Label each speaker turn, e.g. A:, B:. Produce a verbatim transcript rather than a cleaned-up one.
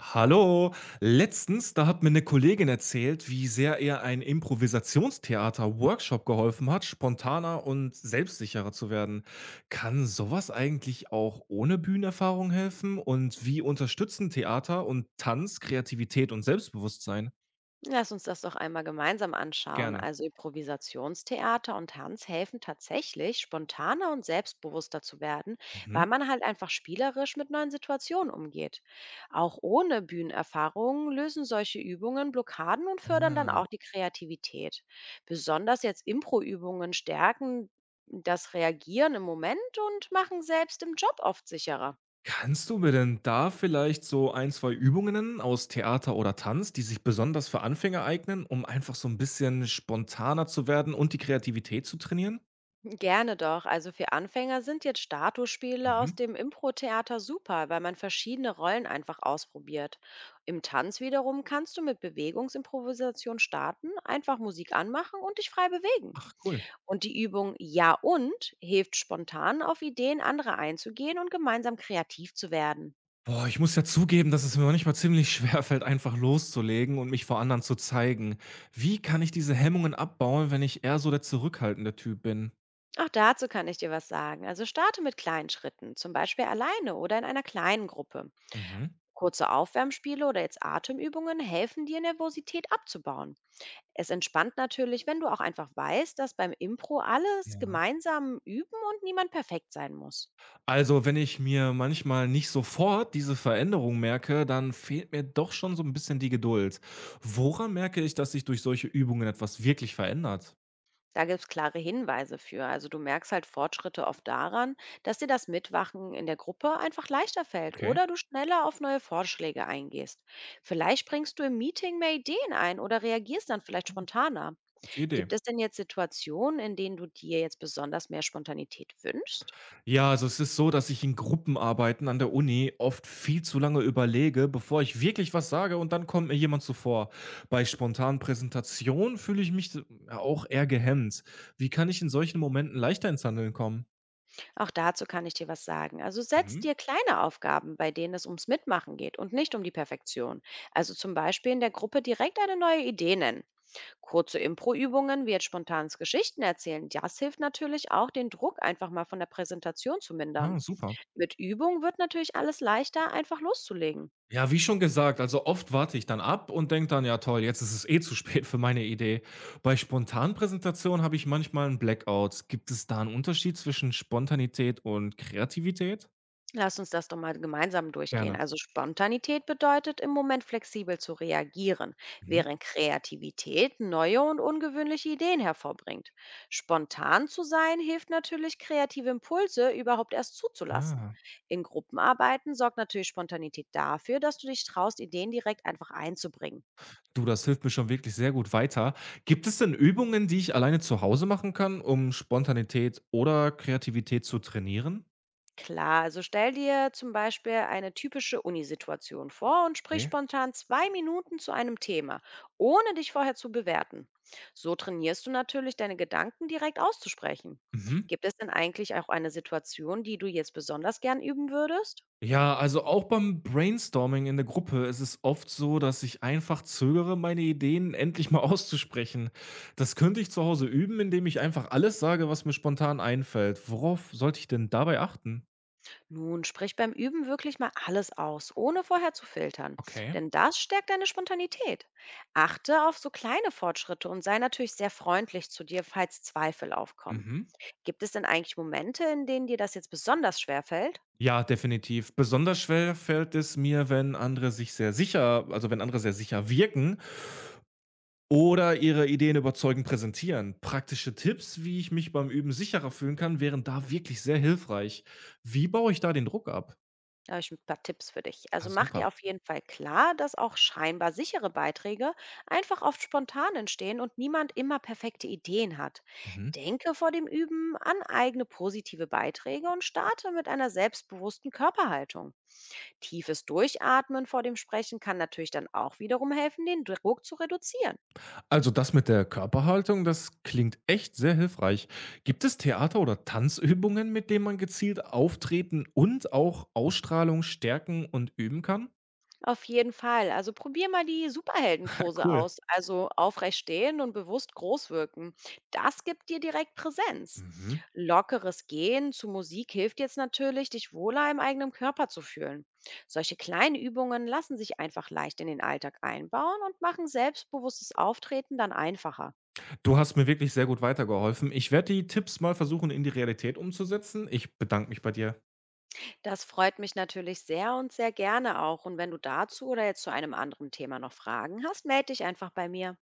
A: Hallo, letztens, da hat mir eine Kollegin erzählt, wie sehr ihr ein Improvisationstheater-Workshop geholfen hat, spontaner und selbstsicherer zu werden. Kann sowas eigentlich auch ohne Bühnenerfahrung helfen? Und wie unterstützen Theater und Tanz Kreativität und Selbstbewusstsein?
B: Lass uns das doch einmal gemeinsam anschauen.
A: Gerne.
B: Also Improvisationstheater und Tanz helfen tatsächlich, spontaner und selbstbewusster zu werden, weil
A: Mhm.
B: man halt einfach spielerisch mit neuen Situationen umgeht. Auch ohne Bühnenerfahrung lösen solche Übungen Blockaden und fördern dann
A: Ah.
B: auch die Kreativität. Besonders jetzt Impro-Übungen stärken das Reagieren im Moment und machen selbst im Job oft sicherer.
A: Kannst du mir denn da vielleicht so ein, zwei Übungen nennen aus Theater oder Tanz, die sich besonders für Anfänger eignen, um einfach so ein bisschen spontaner zu werden und die Kreativität zu trainieren?
B: Gerne doch. Also für Anfänger sind jetzt Statusspiele aus
A: Mhm.
B: dem Impro-Theater super, weil man verschiedene Rollen einfach ausprobiert. Im Tanz wiederum kannst du mit Bewegungsimprovisation starten, einfach Musik anmachen und dich frei bewegen.
A: Ach, cool.
B: Und die Übung Ja und hilft spontan auf Ideen anderer einzugehen und gemeinsam kreativ zu werden.
A: Boah, ich muss ja zugeben, dass es mir manchmal ziemlich schwer fällt, einfach loszulegen und mich vor anderen zu zeigen. Wie kann ich diese Hemmungen abbauen, wenn ich eher so der zurückhaltende Typ bin?
B: Auch dazu kann ich dir was sagen. Also starte mit kleinen Schritten, zum Beispiel alleine oder in einer kleinen Gruppe.
A: Mhm.
B: Kurze Aufwärmspiele oder jetzt Atemübungen helfen dir, Nervosität abzubauen. Es entspannt natürlich, wenn du auch einfach weißt, dass beim Impro alles
A: Ja.
B: gemeinsam üben und niemand perfekt sein muss.
A: Also, wenn ich mir manchmal nicht sofort diese Veränderung merke, dann fehlt mir doch schon so ein bisschen die Geduld. Woran merke ich, dass sich durch solche Übungen etwas wirklich verändert?
B: Da gibt es klare Hinweise für. Also du merkst halt Fortschritte oft daran, dass dir das Mitwachen in der Gruppe einfach leichter fällt
A: Okay.
B: oder du schneller auf neue Vorschläge eingehst. Vielleicht bringst du im Meeting mehr Ideen ein oder reagierst dann vielleicht spontaner.
A: Gute
B: Gibt
A: Idee.
B: es denn jetzt Situationen, in denen du dir jetzt besonders mehr Spontanität wünschst?
A: Ja, also es ist so, dass ich in Gruppenarbeiten an der Uni oft viel zu lange überlege, bevor ich wirklich was sage, und dann kommt mir jemand zuvor. Bei spontanen Präsentationen fühle ich mich so- ja, auch eher gehemmt. Wie kann ich in solchen Momenten leichter ins Handeln kommen?
B: Auch dazu kann ich dir was sagen. Also setz
A: Mhm.
B: dir kleine Aufgaben, bei denen es ums Mitmachen geht und nicht um die Perfektion. Also zum Beispiel in der Gruppe direkt eine neue Idee nennen. Kurze Impro-Übungen wie jetzt spontanes Geschichten erzählen. Das hilft natürlich auch, den Druck einfach mal von der Präsentation zu
A: Ah,
B: mindern.
A: super.
B: Mit Übung wird natürlich alles leichter, einfach loszulegen.
A: Ja, wie schon gesagt, also oft warte ich dann ab und denke dann, ja toll, jetzt ist es eh zu spät für meine Idee. Bei spontanen Präsentationen habe ich manchmal einen Blackout. Gibt es da einen Unterschied zwischen Spontanität und Kreativität?
B: Lass uns das doch mal gemeinsam durchgehen.
A: Gerne.
B: Also Spontanität bedeutet, im Moment flexibel zu reagieren,
A: Mhm.
B: während Kreativität neue und ungewöhnliche Ideen hervorbringt. Spontan zu sein hilft natürlich, kreative Impulse überhaupt erst zuzulassen.
A: Ah.
B: In Gruppenarbeiten sorgt natürlich Spontanität dafür, dass du dich traust, Ideen direkt einfach einzubringen.
A: Du, das hilft mir schon wirklich sehr gut weiter. Gibt es denn Übungen, die ich alleine zu Hause machen kann, um Spontanität oder Kreativität zu trainieren?
B: Klar, also stell dir zum Beispiel eine typische Unisituation vor und sprich
A: Okay.
B: spontan zwei Minuten zu einem Thema, ohne dich vorher zu bewerten. So trainierst du natürlich deine Gedanken direkt auszusprechen.
A: Mhm.
B: Gibt es denn eigentlich auch eine Situation, die du jetzt besonders gern üben würdest?
A: Ja, also auch beim Brainstorming in der Gruppe ist es oft so, dass ich einfach zögere, meine Ideen endlich mal auszusprechen. Das könnte ich zu Hause üben, indem ich einfach alles sage, was mir spontan einfällt. Worauf sollte ich denn dabei achten?
B: Nun, sprich beim Üben wirklich mal alles aus, ohne vorher zu filtern,
A: Okay.
B: denn das stärkt deine Spontanität. Achte auf so kleine Fortschritte und sei natürlich sehr freundlich zu dir, falls Zweifel aufkommen.
A: Mhm.
B: Gibt es denn eigentlich Momente, in denen dir das jetzt besonders schwer fällt?
A: Ja, definitiv. Besonders schwer fällt es mir, wenn andere sich sehr sicher, also wenn andere sehr sicher wirken oder ihre Ideen überzeugend präsentieren. Praktische Tipps, wie ich mich beim Üben sicherer fühlen kann, wären da wirklich sehr hilfreich. Wie baue ich da den Druck ab?
B: Da habe ich ein paar Tipps für dich.
A: Ah,
B: Also, mach
A: super.
B: dir auf jeden Fall klar, dass auch scheinbar sichere Beiträge einfach oft spontan entstehen und niemand immer perfekte Ideen hat.
A: Mhm.
B: Denke vor dem Üben an eigene positive Beiträge und starte mit einer selbstbewussten Körperhaltung. Tiefes Durchatmen vor dem Sprechen kann natürlich dann auch wiederum helfen, den Druck zu reduzieren.
A: Also das mit der Körperhaltung, das klingt echt sehr hilfreich. Gibt es Theater- oder Tanzübungen, mit denen man gezielt auftreten und auch Ausstrahlung stärken und üben kann?
B: Auf jeden Fall. Also probier mal die
A: Ah,
B: Superheldenpose
A: cool.
B: aus. Also aufrecht stehen und bewusst groß wirken. Das gibt dir direkt Präsenz.
A: Mhm.
B: Lockeres Gehen zu Musik hilft jetzt natürlich, dich wohler im eigenen Körper zu fühlen. Solche kleinen Übungen lassen sich einfach leicht in den Alltag einbauen und machen selbstbewusstes Auftreten dann einfacher.
A: Du hast mir wirklich sehr gut weitergeholfen. Ich werde die Tipps mal versuchen, in die Realität umzusetzen. Ich bedanke mich bei dir.
B: Das freut mich natürlich sehr und sehr gerne auch. Und wenn du dazu oder jetzt zu einem anderen Thema noch Fragen hast, melde dich einfach bei mir.